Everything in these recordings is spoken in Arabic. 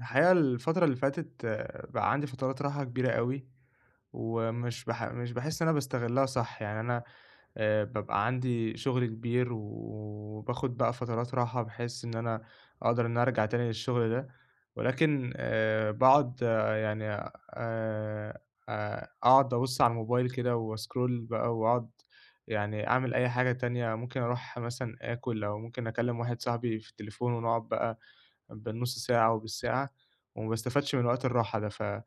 الحقيقة الفترة اللي فاتت بقى عندي فترات راحة كبيرة أوي. ومش باح مش باحس إن أنا باستغلها صح، يعني أنا بابقى عندي شغل كبير وباخد بقى فترات راحة بحيث إن أنا أقدر إن أنا أرجع تاني للشغل ده، ولكن باقعد يعني أقعد أبُص على الموبايل كده وscroll بقى وأقعد يعني أعمل أي حاجة تانية، ممكن أروح مثلًا آكل أو ممكن أكلم واحد صاحبي في التليفون ونقعد بقى بالنُص ساعة أو بالساعة، وما باستفادش من وقت الراحة ده، ف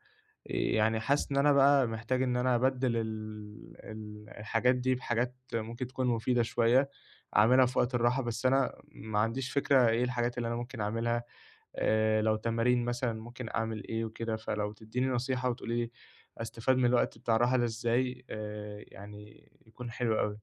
يعني حاسس إن أنا بقى محتاج إن أنا أبدِّل ال الحاجات دي بحاجات ممكن تكون مفيدة شوية، أعملها في وقت الراحة، بس أنا ما عنديش فكرة إيه الحاجات اللي أنا ممكن أعملها. لو تمارين مثلًا ممكن أعمل إيه وكده، فلو تدّيني نصيحة وتقولي لي أستفاد من الوقت بتاع الراحة ده إزاي، يعني يكون حلو أوي.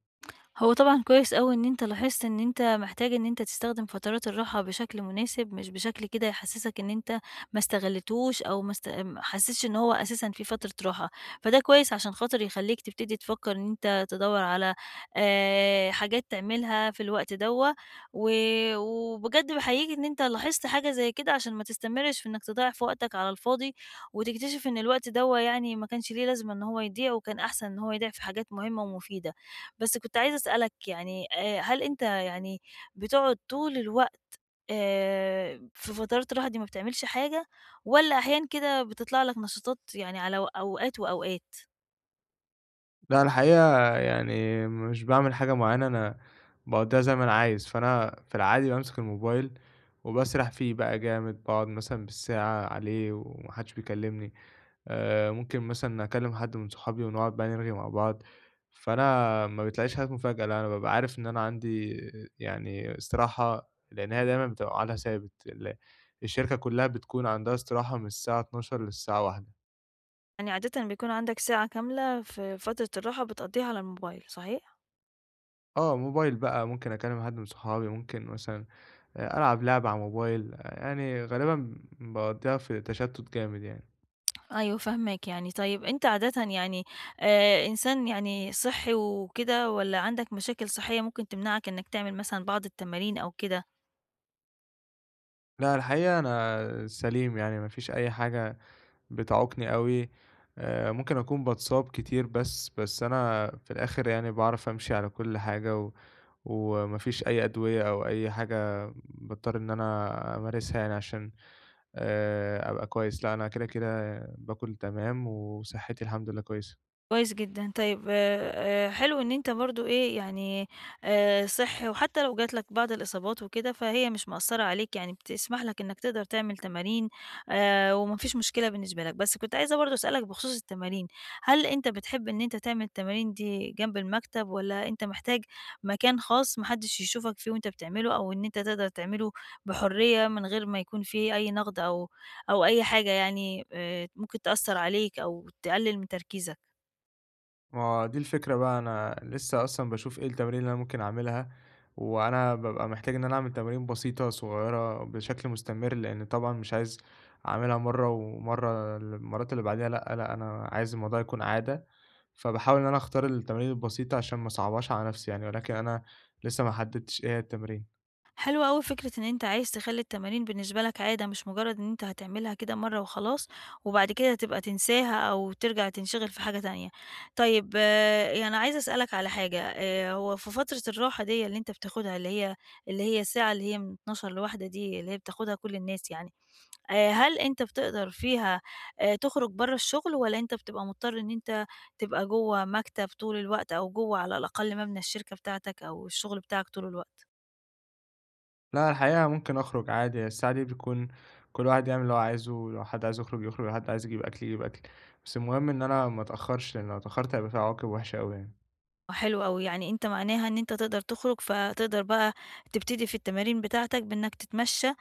هو طبعًا كويس أوي إن أنت لاحظت إن أنت محتاج إن أنت تستخدم فترات الراحة بشكل مناسب، مش بشكل كده يحسسك إن أنت ما استغلتوش أو ما حسيتش إن هو أساسًا في فترة راحة. فده كويس عشان خاطر يخلّيك تبتدي تفكر إن أنت تدوّر على حاجات تعملها في الوقت دوّة. و وبجد باحييك إن أنت لاحظت حاجة زي كده عشان ما تستمرش في إنك تضيّع في وقتك على الفاضي، وتكتشف إن الوقت دوّة يعني ما كانش ليه لازمة إن هو يضيع، وكان أحسن إن هو يضيع في حاجات مهمة ومفيدة. بس كنت عايزة أسألك يعني هل أنت يعني بتقعد طول الوقت في فترات الراحة دي ما بتعملش حاجة، والّا أحيانًا كده بتطلع لك نشاطات يعني على أوقات وأوقات؟ لأ، الحقيقة يعني مش باعمل حاجة معيّنة، أنا باقضّيها زي ما أنا عايز، فأنا في العادي بامسك الموبايل وباسرح فيه بقى جامد، باقعد مثلًا بالساعة عليه وما حدّش بيكلّمني. ممكن مثلًا أكلّم حد من صحابي ونقعد بقى نرغي مع بعض، فأنا ما بتلاقيش حاجات مفاجأة، لأ، أنا بابقى عارف إن أنا عندي يعني استراحة، لإن هي دايمًا بتبقى ميعادها ثابت. الشركة كُلّها بتكون عندها استراحة من الساعة 12:00 للساعة 13:00. يعني عادةً بيكون عندك ساعة كاملة في فترة الراحة بتقضّيها على الموبايل، صحيح؟ آه، موبايل بقى ممكن أكلّم حد من صحابي، ممكن مثلًا ألعب لعبة على الموبايل. يعني غالبًا باقضّيها في تشتُّت جامد يعني. أيوه فاهماك يعني. طيب أنت عادةً يعني إنسان يعني صحّي وكده والّا عندك مشاكل صحية ممكن تمنعك إنك تعمل مثلًا بعض التمارين أو كده؟ لأ، الحقيقة أنا سليم يعني ما فيش أي حاجة بتعوقني أوي. ممكن أكون باتصاب كتير بس، بس أنا في الآخر يعني باعرف أمشي على كل حاجة و وما فيش أي أدوية أو أي حاجة باضطر إن أنا أمارسها يعني عشان أبقى كويس. لأ أنا كده، كده باكُل تمام وصحّتي الحمد لله كويسة. كويس جدًا. طيب حلو إن أنت برضه إيه، يعني صِحّي وحتى لو جات لك بعض الإصابات وكده، فهي مش مأثّرة عليك، يعني بتسمح لك إنّك تقدر تعمل تمارين وما فيش مشكلة بالنسبة لك. بس كنت عايزة برضه أسألك بخصوص التمارين، هل أنت بتحب إن أنت تعمل التمارين دي جنب المكتب والّا أنت محتاج مكان خاص ما حدّش يشوفك فيه وأنت بتعمله أو إن أنت تقدر تعمله بحُرية من غير ما يكون في أي نَقْد أو أي حاجة يعني ممكن تأثّر عليك أو تقلِّل من تركيزك؟ ما هو دي الفكرة بقى، أنا لسه أصلًا باشوف إيه التمارين اللي أنا ممكن أعملها، وأنا بابقى محتاج إن أنا أعمل تمارين بسيطة صغيرة بشكل مستمر، لإن طبعًا مش عايز أعملها مرّة ومرّة المرّات اللي بعديها لأ، لأ أنا عايز الموضوع يكون عادة، فباحاول إن أنا أختار التمارين البسيطة عشان ما أصعبهاش على نفسي يعني، ولكن أنا لسه ما حددتش إيه هي التمرين. حلوة أوي فكرة إن أنت عايز تخلّي التمارين بالنسبة لك عادة، مش مجرد إن أنت هتعملها كده مرّة وخلاص، وبعد كده تبقى تنساها أو ترجع تنشغل في حاجة تانية. طيب آه، يعني أنا عايزة أسألك على حاجة. هو في فترة الراحة ديّة اللي أنت بتاخدها اللي هي اللي هي الساعة اللي هي من 12:00 ل13:00 دي، اللي هي بتاخدها كل الناس يعني. هل أنت بتقدر فيها تخرج برّه الشغل، والّا أنت بتبقى مضطر إن أنت تبقى جوّه مكتب طول الوقت، أو جوّه على الأقل مبنى الشركة بتاعتك أو الشغل بتاعك طول الوقت؟ لأ، الحقيقة ممكن أخرج عادي، الساعة دي بيكون كل واحد يعمل اللي هو عايزه، لو حد عايز يخرج يخرج، لو حد عايز يجيب أكل يجيب أكل، بس المهم إن أنا ما أتأخرش، لإن لو اتأخرت هيبقى في عواقب وحشة أوي يعني. حلو أوي. يعني أنت معناها إن أنت تقدر تخرج، فتقدر بقى تبتدي في التمارين بتاعتك بإنك تتمشى،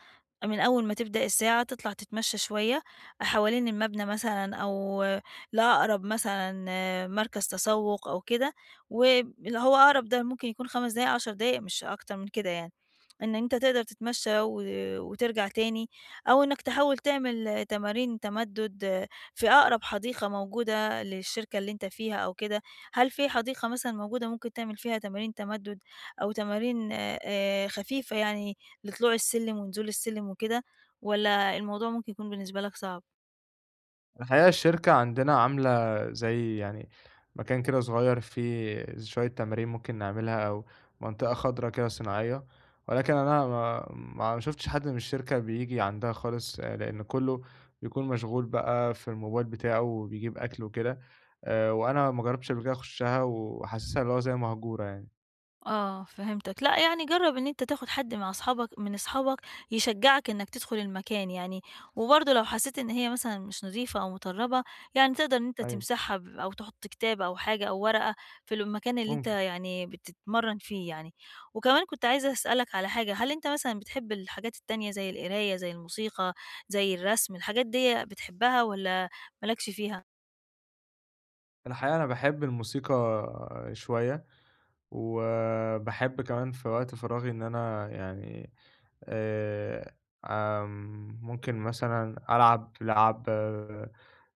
من أول ما تبدأ الساعة تطلع تتمشى شوية حوالين المبنى مثلًا أو لأقرب مثلًا آه، مركز تسوق أو كده، واللي هو أقرب ده ممكن يكون 5 دقايق، 10 دقايق مش أكتر من كده يعني، إن أنت تقدر تتمشى وترجع تاني، أو إنك تحاول تعمل تمارين تمدد آه، في أقرب حديقة موجودة للشركة اللي أنت فيها أو كده. هل في حديقة مثلًا موجودة ممكن تعمل فيها تمارين تمدد أو تمارين خفيفة يعني لطلوع السلم ونزول السلم وكده، والّا الموضوع ممكن يكون بالنسبة لك صعب؟ الحقيقة الشركة عندنا عاملة زي يعني مكان كده صغير فيه شوية تمارين ممكن نعملها أو منطقة خضراء كده صناعية، ولكن أنا ما شفتش حد من الشركة بيجي عندها خالص لأن كله بيكون مشغول بقى في الموبايل بتاعه وبيجيب أكل وكده. وأنا ما جربتش قبل كده أخشها وحاسسها اللي هو زي مهجورة يعني. آه، فهمتك. لأ، يعني جرّب إن أنت تاخُد حد مع أصحابك من أصحابك يشجّعك إنّك تدخُل المكان يعني، وبرضه لو حسّيت إن هي مثلًا مش نضيفة أو مطرّبة، يعني تقدر إن أنت أيوة. تمسحها أو تحُط كتاب أو حاجة أو ورقة في المكان اللي أنت ممكن. يعني بتتمرّن فيه يعني. وكمان كنت عايزة أسألك على حاجة، هل أنت مثلًا بتحب الحاجات التانية زي القراية، زي الموسيقى، زي الرسم، الحاجات ديّة بتحبّها والّا ما لكش فيها؟ الحقيقة أنا بحب الموسيقى شوية، وبحب كمان في وقت فراغي إن أنا يعني آآ ممكن مثلًا ألعب ألعاب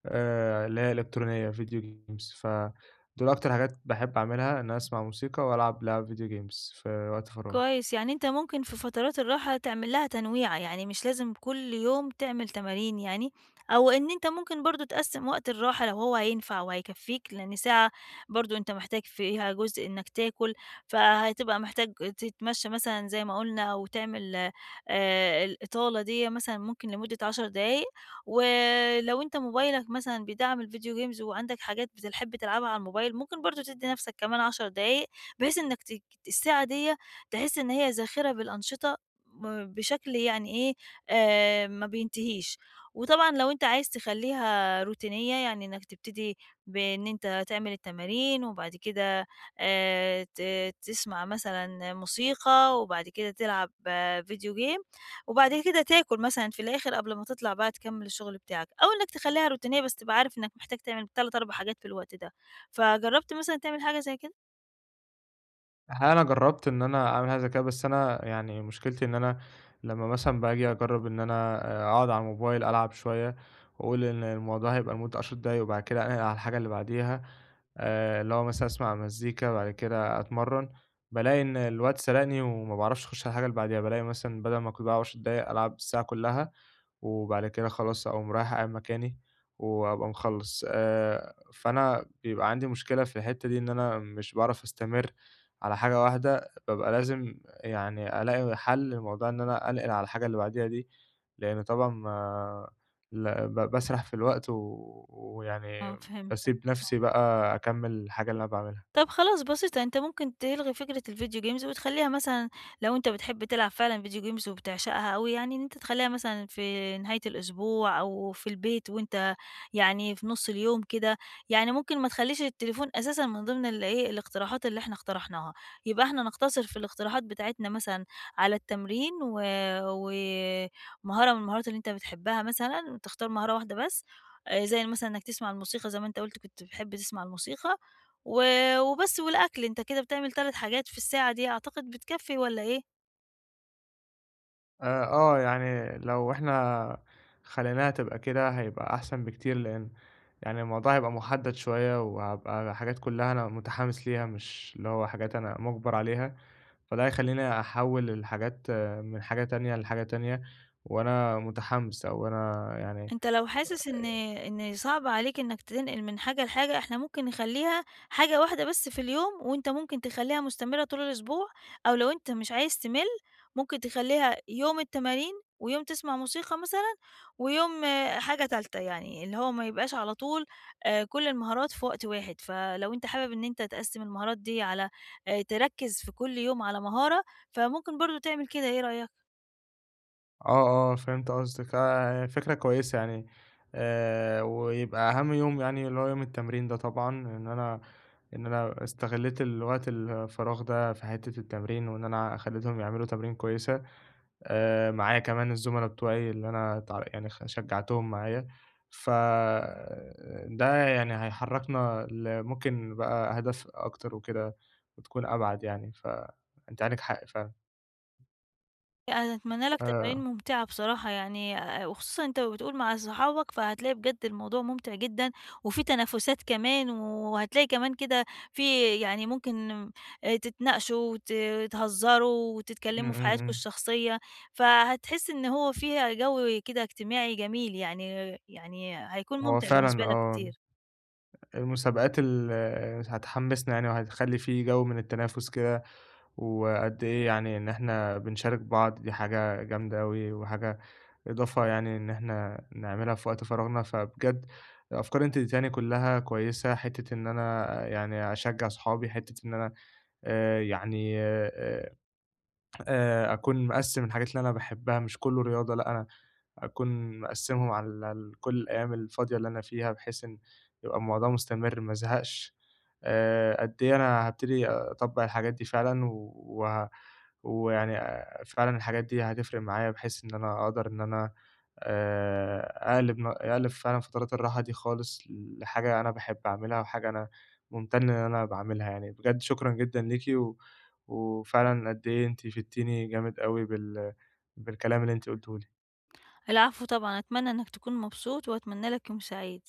اللي هي إلكترونية video games، فدول أكتر حاجات باحب أعملها، إن أنا أسمع موسيقى وألعب ألعاب video games في وقت فراغي. كويس. يعني أنت ممكن في فترات الراحة تعمل لها تنويعة، يعني مش لازم كل يوم تعمل تمارين يعني، أو إن أنت ممكن برضه تقسّم وقت الراحة لو هو هينفع وهيكفّيك، لإن ساعة برضه أنت محتاج فيها جزء إنك تاكل، فهتبقى محتاج تتمشى مثلًا زي ما قُلنا أو تعمل الإطالة ديّة مثلًا ممكن لمدة 10 دقايق، ولو أنت موبايلك مثلًا بيدعّم الفيديو جيمز وعندك حاجات بتحب تلعبها على الموبايل، ممكن برضه تدّي نَفْسك كمان 10 دقايق، بحيث إنك الساعة ديّة تحس إن هي زاخرة بالأنشطة بشكل يعني إيه، ما بينتهيش. وطبعًا لو أنت عايز تخلّيها روتينية، يعني إنّك تبتدي بإن أنت تعمل التمارين وبعد كده ت تسمع مثلًا موسيقى وبعد كده تلعب آه، فيديو game وبعد كده تاكل مثلًا في الآخر قبل ما تطلع بقى تكمّل الشغل بتاعك أو إنّك تخلّيها روتينية بس تبقى عارف إنّك محتاج تعمل 3، 4 حاجات في الوقت ده. فجرّبت مثلًا تعمل حاجة زي كده؟ هل أنا جرّبت إن أنا أعمل حاجة زي كده؟ بس أنا يعني مشكلتي إن أنا لمّا مثلًا باجي أجرّب إن أنا أقعد على الموبايل ألعب شوية وأقول إن الموضوع هيبقى لمدة 10 دقايق وبعد كده أنقل على الحاجة اللي بعديها، اللي هو مثلًا أسمع مزيكا، بعد كده أتمرّن، بالاقي إن الوقت سرقني وما باعرفش أخش على الحاجة اللي بعديها، بالاقي مثلًا بدل ما كنت باقعد 10 دقايق ألعب الساعة كلّها، وبعد كده خلاص أقوم رايح قاعد مكاني وأبقى مخلّص. فأنا بيبقى عندي مشكلة في الحتّة دي، إن أنا مش باعرف أستمر على حاجة واحدة، بابقى لازم يعني ألاقي حَل لموضوع إن أنا أنقل على الحاجة اللي بعديها دي، لإن طبعًا ما ل ب باسرح في الوقت و ويعني آه فهمتك. باسيب آه. نَفْسي بقى أكمّل الحاجة اللي أنا باعملها. طب خلاص بسيطة، أنت ممكن تلغي فكرة الفيديو جيمز وتخلّيها مثلًا لو أنت بتحب تلعب فعلًا فيديو جيمز وبتعشقها أوي يعني، إن أنت تخلّيها مثلًا في نهاية الأسبوع أو في البيت وأنت يعني في نُص اليوم كده. يعني ممكن ما تخلّيش التليفون أساسًا من ضمن ال إيه، الاقتراحات اللي إحنا اقترحناها، يبقى إحنا نقتصر في الاقتراحات بتاعتنا مثلًا على التمرين ومهارة من المهارات اللي أنت بتحبها مثلًا، تختار مهارة واحدة بس، زي مثلًا إنك تسمع الموسيقى زي ما أنت قُلت كنت بتحب تسمع الموسيقى و وبس والأكل. أنت كده بتعمل 3 حاجات في الساعة دي، أعتقد بتكفّي والّا إيه؟ آه، يعني لو إحنا خليناها تبقى كده هيبقى أحسن بكتير، لإن يعني الموضوع هيبقى مُحدَّد شوية، وهابقى حاجات كُلّها أنا متحمِّس ليها مش اللي هو حاجات أنا مُجبَر عليها، فده هيخلّيني أحوِّل الحاجات من حاجة تانية لحاجة تانية وأنا متحمِّس، أو أنا يعني. أنت لو حاسس إن صعب عليك إنك تنقل من حاجة لحاجة، إحنا ممكن نخلّيها حاجة واحدة بس في اليوم، وأنت ممكن تخلّيها مستمرة طول الأسبوع، أو لو أنت مش عايز تمِل، ممكن تخلّيها يوم التمارين، ويوم تسمع موسيقى مثلًا، ويوم آه، حاجة تالتة يعني، اللي هو ما يبقاش على طول كل المهارات في وقت واحد، فلو أنت حابب إن أنت تقسّم المهارات دي على تركّز في كل يوم على مهارة، فممكن برضه تعمل كده، إيه رأيك؟ آه، آه، فهمت قصدِك. فكرة كويسة يعني. ويبقى أهم يوم يعني اللي هو يوم التمرين ده طبعًا، إن أنا استغلّيت الوقت الفراغ ده في حتّة التمرين، وإن أنا خلّيتهم يعملوا تمارين كويسة. معايا كمان الزملا بتوعي اللي أنا يعني شجّعتهم معايا، ف ده يعني هيحرّكنا ممكن بقى أهداف أكتر وكده، وتكون أبعد يعني، فأنتِ عندِك حق فعلًا. أنا أتمنى لك آآ، تمارين ممتعة بصراحة يعني وخصوصًا أنت بتقول مع صحابك، فهتلاقي بجد الموضوع ممتع جدًا، وفي تنافسات كمان، وهتلاقي كمان كده في يعني ممكن تتناقشوا وت تهزروا إمم، وتتكلموا في إمم، حياتكم إمم. الشخصية، فهتحس إن هو فيها جو كده اجتماعي جميل يعني يعني هيكون هو ممتع فعلًا بالنسبة لك آه. كتير. المسابقات هتحمّسنا يعني وهتخلّي في جو من التنافس كده، وقد إيه يعني إن إحنا بنشارك بعض دي حاجة جامدة أوي، وحاجة إضافة يعني إن إحنا نعملها في وقت فراغنا، فبجد الأفكار اللي أنتِ اديتيهاني كلّها كويسة، حتّة إن أنا يعني أشجّع صحابي، حتّة إن أنا يعني أكون مقسّم الحاجات اللي أنا باحبها مش كلّه رياضة، لأ، أنا أكون مقسّمهم على كل الأيام الفاضية اللي أنا فيها، بحيث إن يبقى الموضوع مستمر ما ازهقش. قد إيه أنا هابتدي أطبّق الحاجات دي فعلًا و وه- ويعني فعلًا الحاجات دي هتفرق معايا، بحيث إن أنا أقدر إن أنا أقلب فعلًا فترات الراحة دي خالص لحاجة أنا باحب أعملها، وحاجة أنا ممتن إن أنا باعملها يعني. بجد شكرًا جدًا ليكِ، وفعلًا قد إيه أنتِ فدتيني جامد أوي بالكلام اللي أنتِ قُلتيه لي. العفو طبعًا، أتمنى إنك تكون مبسوط، وأتمنى لك يوم سعيد.